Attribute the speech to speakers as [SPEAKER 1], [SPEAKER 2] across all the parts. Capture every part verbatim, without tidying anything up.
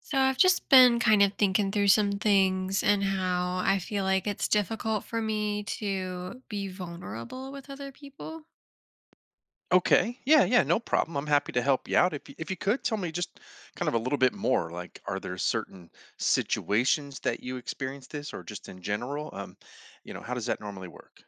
[SPEAKER 1] So I've just been kind of thinking through some things and how I feel like it's difficult for me to be vulnerable with other people.
[SPEAKER 2] Okay. Yeah, yeah, no problem. I'm happy to help you out. If you, if you could tell me just kind of a little bit more, like are there certain situations that you experience this or just in general? Um, you know, how does that normally work?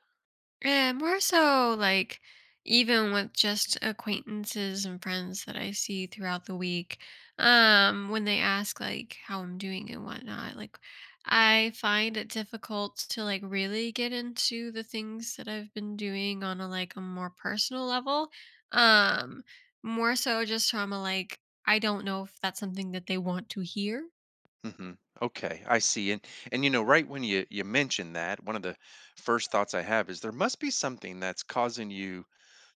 [SPEAKER 1] And more so like even with just acquaintances and friends that I see throughout the week, um, when they ask like how I'm doing and whatnot, like I find it difficult to like really get into the things that I've been doing on a like a more personal level. Um, More so just from a like I don't know if that's something that they want to hear.
[SPEAKER 2] hmm Okay, I see. And and you know, right when you you mentioned that, one of the first thoughts I have is there must be something that's causing you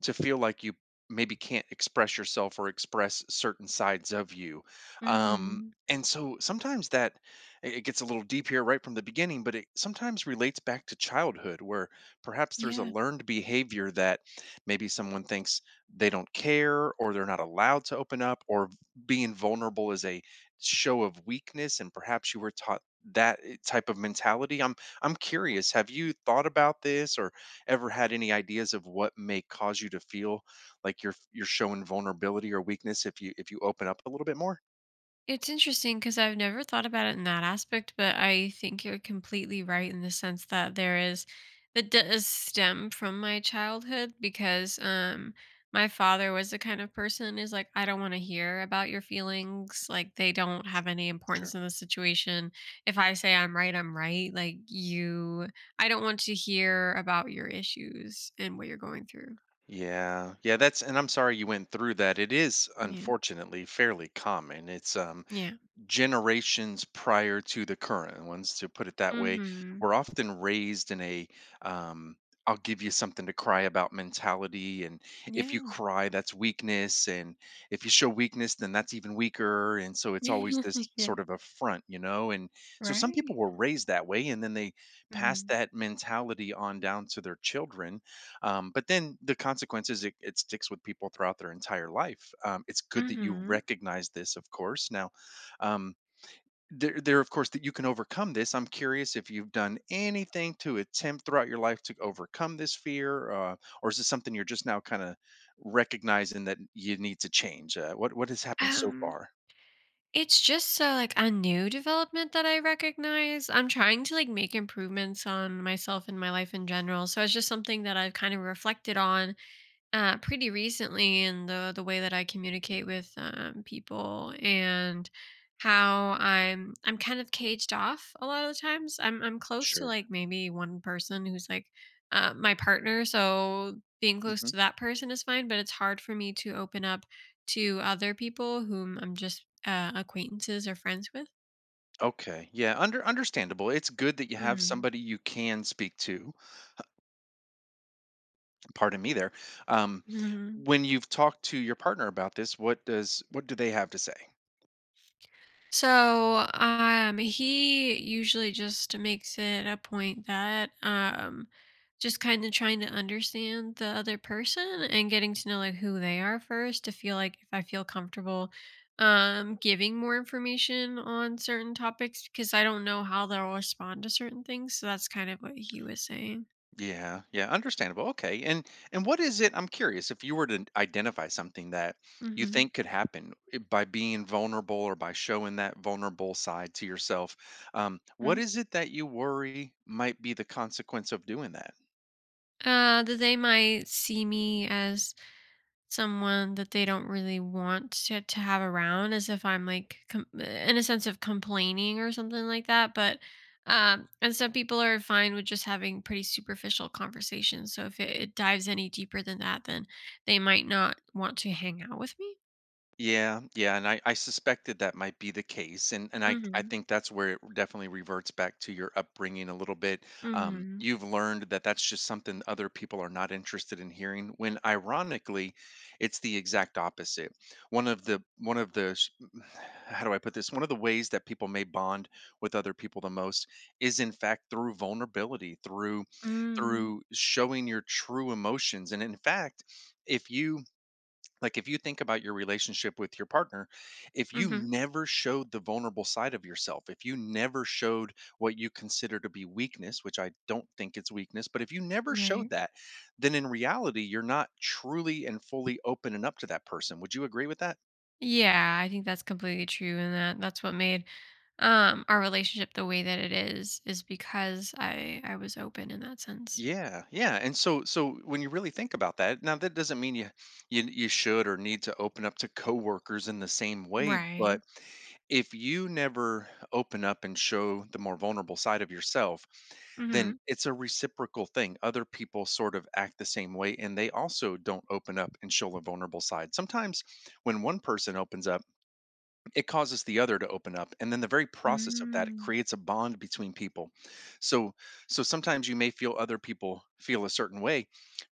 [SPEAKER 2] to feel like you maybe can't express yourself or express certain sides of you. Um,
[SPEAKER 1] Mm-hmm.
[SPEAKER 2] and so sometimes that it it gets a little deep here right from the beginning, but it sometimes relates back to childhood where perhaps there's a
[SPEAKER 1] Yeah.
[SPEAKER 2] learned behavior that maybe someone thinks they don't care or they're not allowed to open up, or v- being vulnerable is a show of weakness, and perhaps you were taught that i- type of mentality. I'm I'm curious, have you thought about this, ever had any ideas of what may cause you to feel like you're you're showing vulnerability or weakness if you if you open up a little bit more?
[SPEAKER 1] It's interesting because I've never thought about it in that aspect, but I think you're completely right in the sense that there is that does stem from my childhood because um my father was the kind of person is like I don't want to hear about your feelings, like they don't have
[SPEAKER 2] Sure.
[SPEAKER 1] any importance
[SPEAKER 2] Sure.
[SPEAKER 1] in the situation. If I say I'm right, I'm right. Like you I don't want to hear about your issues and what you're going through.
[SPEAKER 2] Yeah. Yeah, that's, and I'm sorry you went through that. It is
[SPEAKER 1] Yeah.
[SPEAKER 2] unfortunately fairly common. It's um
[SPEAKER 1] Yeah.
[SPEAKER 2] generations prior to the current ones, to put it that way,
[SPEAKER 1] Mhm.
[SPEAKER 2] were often raised in a um, I'll give you something to cry about mentality. And if you
[SPEAKER 1] Yeah.
[SPEAKER 2] cry, that's weakness. And if you show weakness, then that's even weaker. And so it's always this
[SPEAKER 1] Yeah.
[SPEAKER 2] sort of affront, you know? And so some people
[SPEAKER 1] Right.
[SPEAKER 2] were raised that way and then they pass
[SPEAKER 1] Mhm.
[SPEAKER 2] that mentality on down to their children. Um, but then the consequences, it, it sticks with people throughout their entire life. Um, it's good that you
[SPEAKER 1] Mhm.
[SPEAKER 2] recognize this, of course. Now, um, there, there of course that you can overcome this. I'm curious if you've done anything to attempt throughout your life to overcome this fear, uh, or is this something you're just now kind of recognizing that you need to change? uh, what what has happened so
[SPEAKER 1] Um,
[SPEAKER 2] far?
[SPEAKER 1] it's just so like a new development that I recognize. I'm trying to like make improvements on myself and my life in general. So it's just something that I've kind of reflected on uh, pretty recently in the the way that I communicate with um, people and how I'm I'm kind of caged off a lot of the times. I'm I'm close to
[SPEAKER 2] Sure.
[SPEAKER 1] like maybe one person who's like uh, my partner, so being close
[SPEAKER 2] Hmm.
[SPEAKER 1] to that person is fine. But it's hard for me to open up to other people whom I'm just uh, acquaintances or friends with.
[SPEAKER 2] Okay, yeah, under understandable. It's good that you have somebody you can speak to. Pardon me there. Um,
[SPEAKER 1] Mm.
[SPEAKER 2] when you've talked to your partner about this, what does what do they have to say?
[SPEAKER 1] So, um, he usually just makes it a point that, um, just kind of trying to understand the other person and getting to know like who they are first to feel like if I feel comfortable, um, giving more information on certain topics because I don't know how they'll respond to certain things. So that's kind of what he was saying.
[SPEAKER 2] Yeah, yeah, understandable. Okay. And and what is it? I'm curious, if you were to identify something that you
[SPEAKER 1] Hmm.
[SPEAKER 2] think could happen, i- by being vulnerable or by showing that vulnerable side to yourself. Um, what is it that you worry might be the consequence of doing that?
[SPEAKER 1] Uh, that they might see me as someone that they don't really want to, to have around as if I'm like com- uh, in a sense of complaining or something like that. But um, and some people are fine with just having pretty superficial conversations. So if it, it dives any deeper than that, then they might not want to hang out with me.
[SPEAKER 2] Yeah, yeah, and I, I suspected that might be the case, and and I I
[SPEAKER 1] Mm-hmm.
[SPEAKER 2] think that's where it definitely reverts back to your upbringing a little bit. Um,
[SPEAKER 1] Mm-hmm.
[SPEAKER 2] you've learned that that's just something other people are not interested in hearing. When ironically, it's the exact opposite. One of the one of the sh- How do I put this? One of the ways that people may bond with other people the most is in fact through vulnerability, through
[SPEAKER 1] Mm-hmm.
[SPEAKER 2] through showing your true emotions, and in fact, if you like if you think about your relationship with your partner, if you
[SPEAKER 1] Mm-hmm.
[SPEAKER 2] never showed the vulnerable side of yourself, if you never showed what you consider to be weakness, which I don't think it's weakness, but if you never showed
[SPEAKER 1] Right.
[SPEAKER 2] that, then in reality, you're not truly and fully open and up to that person. Would you agree with that?
[SPEAKER 1] Yeah, I think that's completely true, and that that's what made um our relationship the way that it is is because I I was open in that sense.
[SPEAKER 2] Yeah, yeah. And so so when you really think about that, now that doesn't mean you you you should or need to open up to coworkers in the same way,
[SPEAKER 1] Right.
[SPEAKER 2] but if you never open up and show the more vulnerable side of yourself, then
[SPEAKER 1] Mhm.
[SPEAKER 2] it's a reciprocal thing. Other people sort of act the same way and they also don't open up and show a vulnerable side. Sometimes when one person opens up, it causes the other to open up, and then the very process of that
[SPEAKER 1] Mm.
[SPEAKER 2] creates a bond between people. So so sometimes you may feel other people feel a certain way,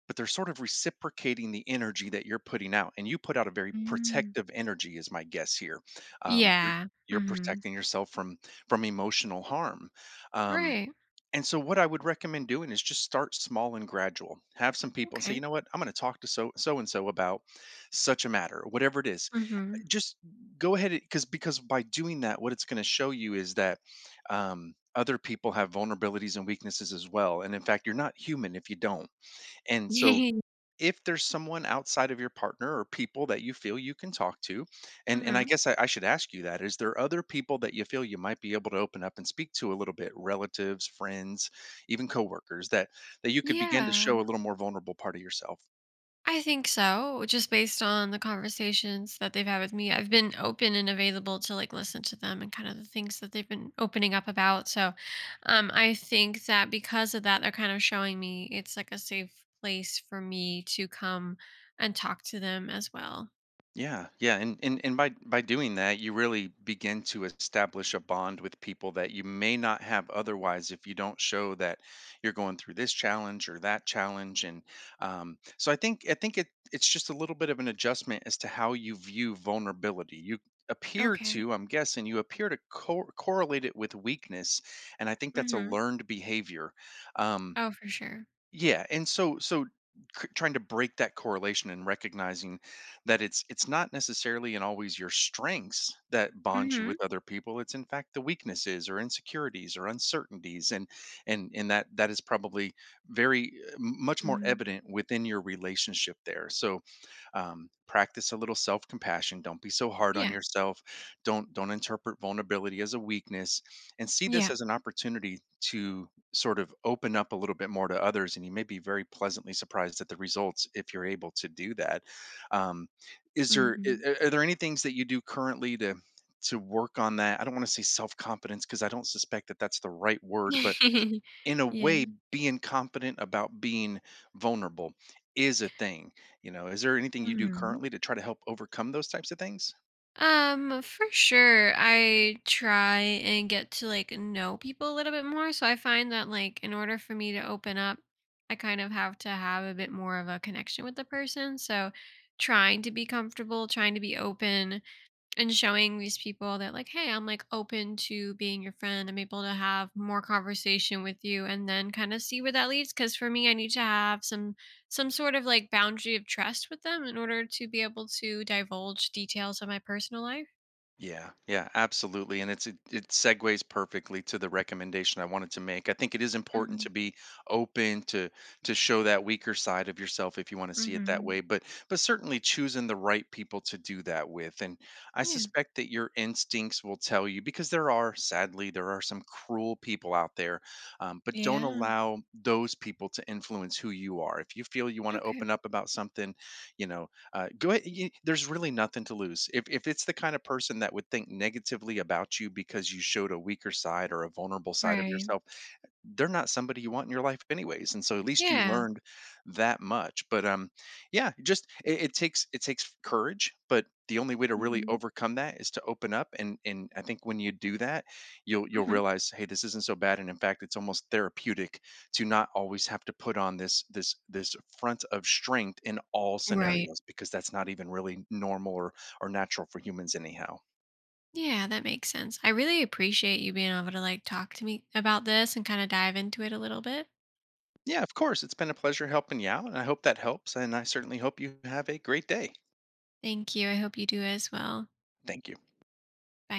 [SPEAKER 2] but they're sort of reciprocating the energy that you're putting out, and you put out a very
[SPEAKER 1] Mm.
[SPEAKER 2] protective energy, is my guess here. Um, you're
[SPEAKER 1] Yeah.
[SPEAKER 2] you're
[SPEAKER 1] Mhm.
[SPEAKER 2] protecting yourself from from emotional harm. Um,
[SPEAKER 1] Right.
[SPEAKER 2] and so what I would recommend doing is just start small and gradual. Have some people and say,
[SPEAKER 1] Okay.
[SPEAKER 2] you know what, I'm going to talk to so so and so about such a matter, whatever it is.
[SPEAKER 1] Mhm.
[SPEAKER 2] Just go ahead, because because by doing that, what it's going to show you is that um, other people have vulnerabilities and weaknesses as well. And in fact, you're not human if you don't. And so if there's someone outside of your partner or people that you feel you can talk to, and and I
[SPEAKER 1] Mhm.
[SPEAKER 2] guess I, I should ask you that, is there other people that you feel you might be able to open up and speak to a little bit, relatives, friends, even coworkers, that that you could begin to
[SPEAKER 1] Yeah.
[SPEAKER 2] show a little more vulnerable part of yourself?
[SPEAKER 1] I think so, just based on the conversations that they've had with me. I've been open and available to, like, listen to them and kind of the things that they've been opening up about, so, um, I think that because of that, they're kind of showing me it's, like, a safe place for me to come and talk to them as well.
[SPEAKER 2] Yeah, yeah, and and and by by doing that, you really begin to establish a bond with people that you may not have otherwise, if you don't show that you're going through this challenge or that challenge. And um, so I think I think it it's just a little bit of an adjustment as to how you view vulnerability. You appear
[SPEAKER 1] Okay.
[SPEAKER 2] to, I'm guessing, you appear to co- correlate it with weakness, and I think that's a
[SPEAKER 1] Mhm.
[SPEAKER 2] learned behavior. Um,
[SPEAKER 1] Oh, for sure.
[SPEAKER 2] yeah, and so so c- trying to break that correlation and recognizing that it's it's not necessarily and always your strengths that bond you
[SPEAKER 1] Mhm.
[SPEAKER 2] with other people. It's in fact the weaknesses or insecurities or uncertainties, and and and that that is probably very uh, m- much more
[SPEAKER 1] Mm.
[SPEAKER 2] evident within your relationship there. So um, practice a little self-compassion, don't be so hard on
[SPEAKER 1] Yeah.
[SPEAKER 2] yourself, don't don't interpret vulnerability as a weakness, and see this
[SPEAKER 1] Yeah.
[SPEAKER 2] as an opportunity to sort of open up a little bit more to others, and you may be very pleasantly surprised at the results if you're able to do that. Um, is there i-
[SPEAKER 1] Mhm.
[SPEAKER 2] a- are there any things that you do currently to to work on that? I don't want to say self-confidence, because I don't suspect that that's the right word, but in a
[SPEAKER 1] Yeah.
[SPEAKER 2] way, being confident about being vulnerable is a thing, you know. Is there anything you do
[SPEAKER 1] Mhm.
[SPEAKER 2] currently to try to help overcome those types of things?
[SPEAKER 1] Um, for sure, I try and get to like know people a little bit more. So I find that like in order for me to open up, I kind of have to have a bit more of a connection with the person. So trying to be comfortable, trying to be open, and showing these people that like hey, I'm like open to being your friend, I'm able to have more conversation with you and then kind of see where that leads because for me I need to have some some sort of like boundary of trust with them in order to be able to divulge details of my personal life.
[SPEAKER 2] Yeah, yeah, absolutely. And it's it, it segues perfectly to the recommendation I wanted to make. I think it is important to
[SPEAKER 1] Hmm.
[SPEAKER 2] be open to to show that weaker side of yourself if you want to see it that way,
[SPEAKER 1] Hmm.
[SPEAKER 2] but but certainly choosing the right people to do that with. And I
[SPEAKER 1] Yeah.
[SPEAKER 2] suspect that your instincts will tell you, because there are, sadly, there are some cruel people out there. Um, but don't
[SPEAKER 1] Yeah.
[SPEAKER 2] allow those people to influence who you are. If you feel you want to
[SPEAKER 1] Okay.
[SPEAKER 2] open up about something, you know, uh, go ahead. You, there's really nothing to lose. If if it's the kind of person that would think negatively about you because you showed a weaker side or a vulnerable side of
[SPEAKER 1] Right.
[SPEAKER 2] yourself, they're not somebody you want in your life anyways, and so at least you
[SPEAKER 1] Yeah.
[SPEAKER 2] learned that much. But um, yeah, just it, it takes it takes courage, but the only way to really
[SPEAKER 1] Hmm.
[SPEAKER 2] overcome that is to open up. And and I think when you do that, you'll you'll
[SPEAKER 1] Hmm.
[SPEAKER 2] realize, hey, this isn't so bad, and in fact it's almost therapeutic to not always have to put on this this this front of strength in all
[SPEAKER 1] Right.
[SPEAKER 2] scenarios, because that's not even really normal or or natural for humans anyhow.
[SPEAKER 1] Yeah, that makes sense. I really appreciate you being able to like talk to me about this and kind of dive into it a little bit.
[SPEAKER 2] Yeah, of course, it's been a pleasure helping you out, and I hope that helps, and I certainly hope you have a great day.
[SPEAKER 1] Thank you, I hope you do as well.
[SPEAKER 2] Thank you.
[SPEAKER 1] Bye.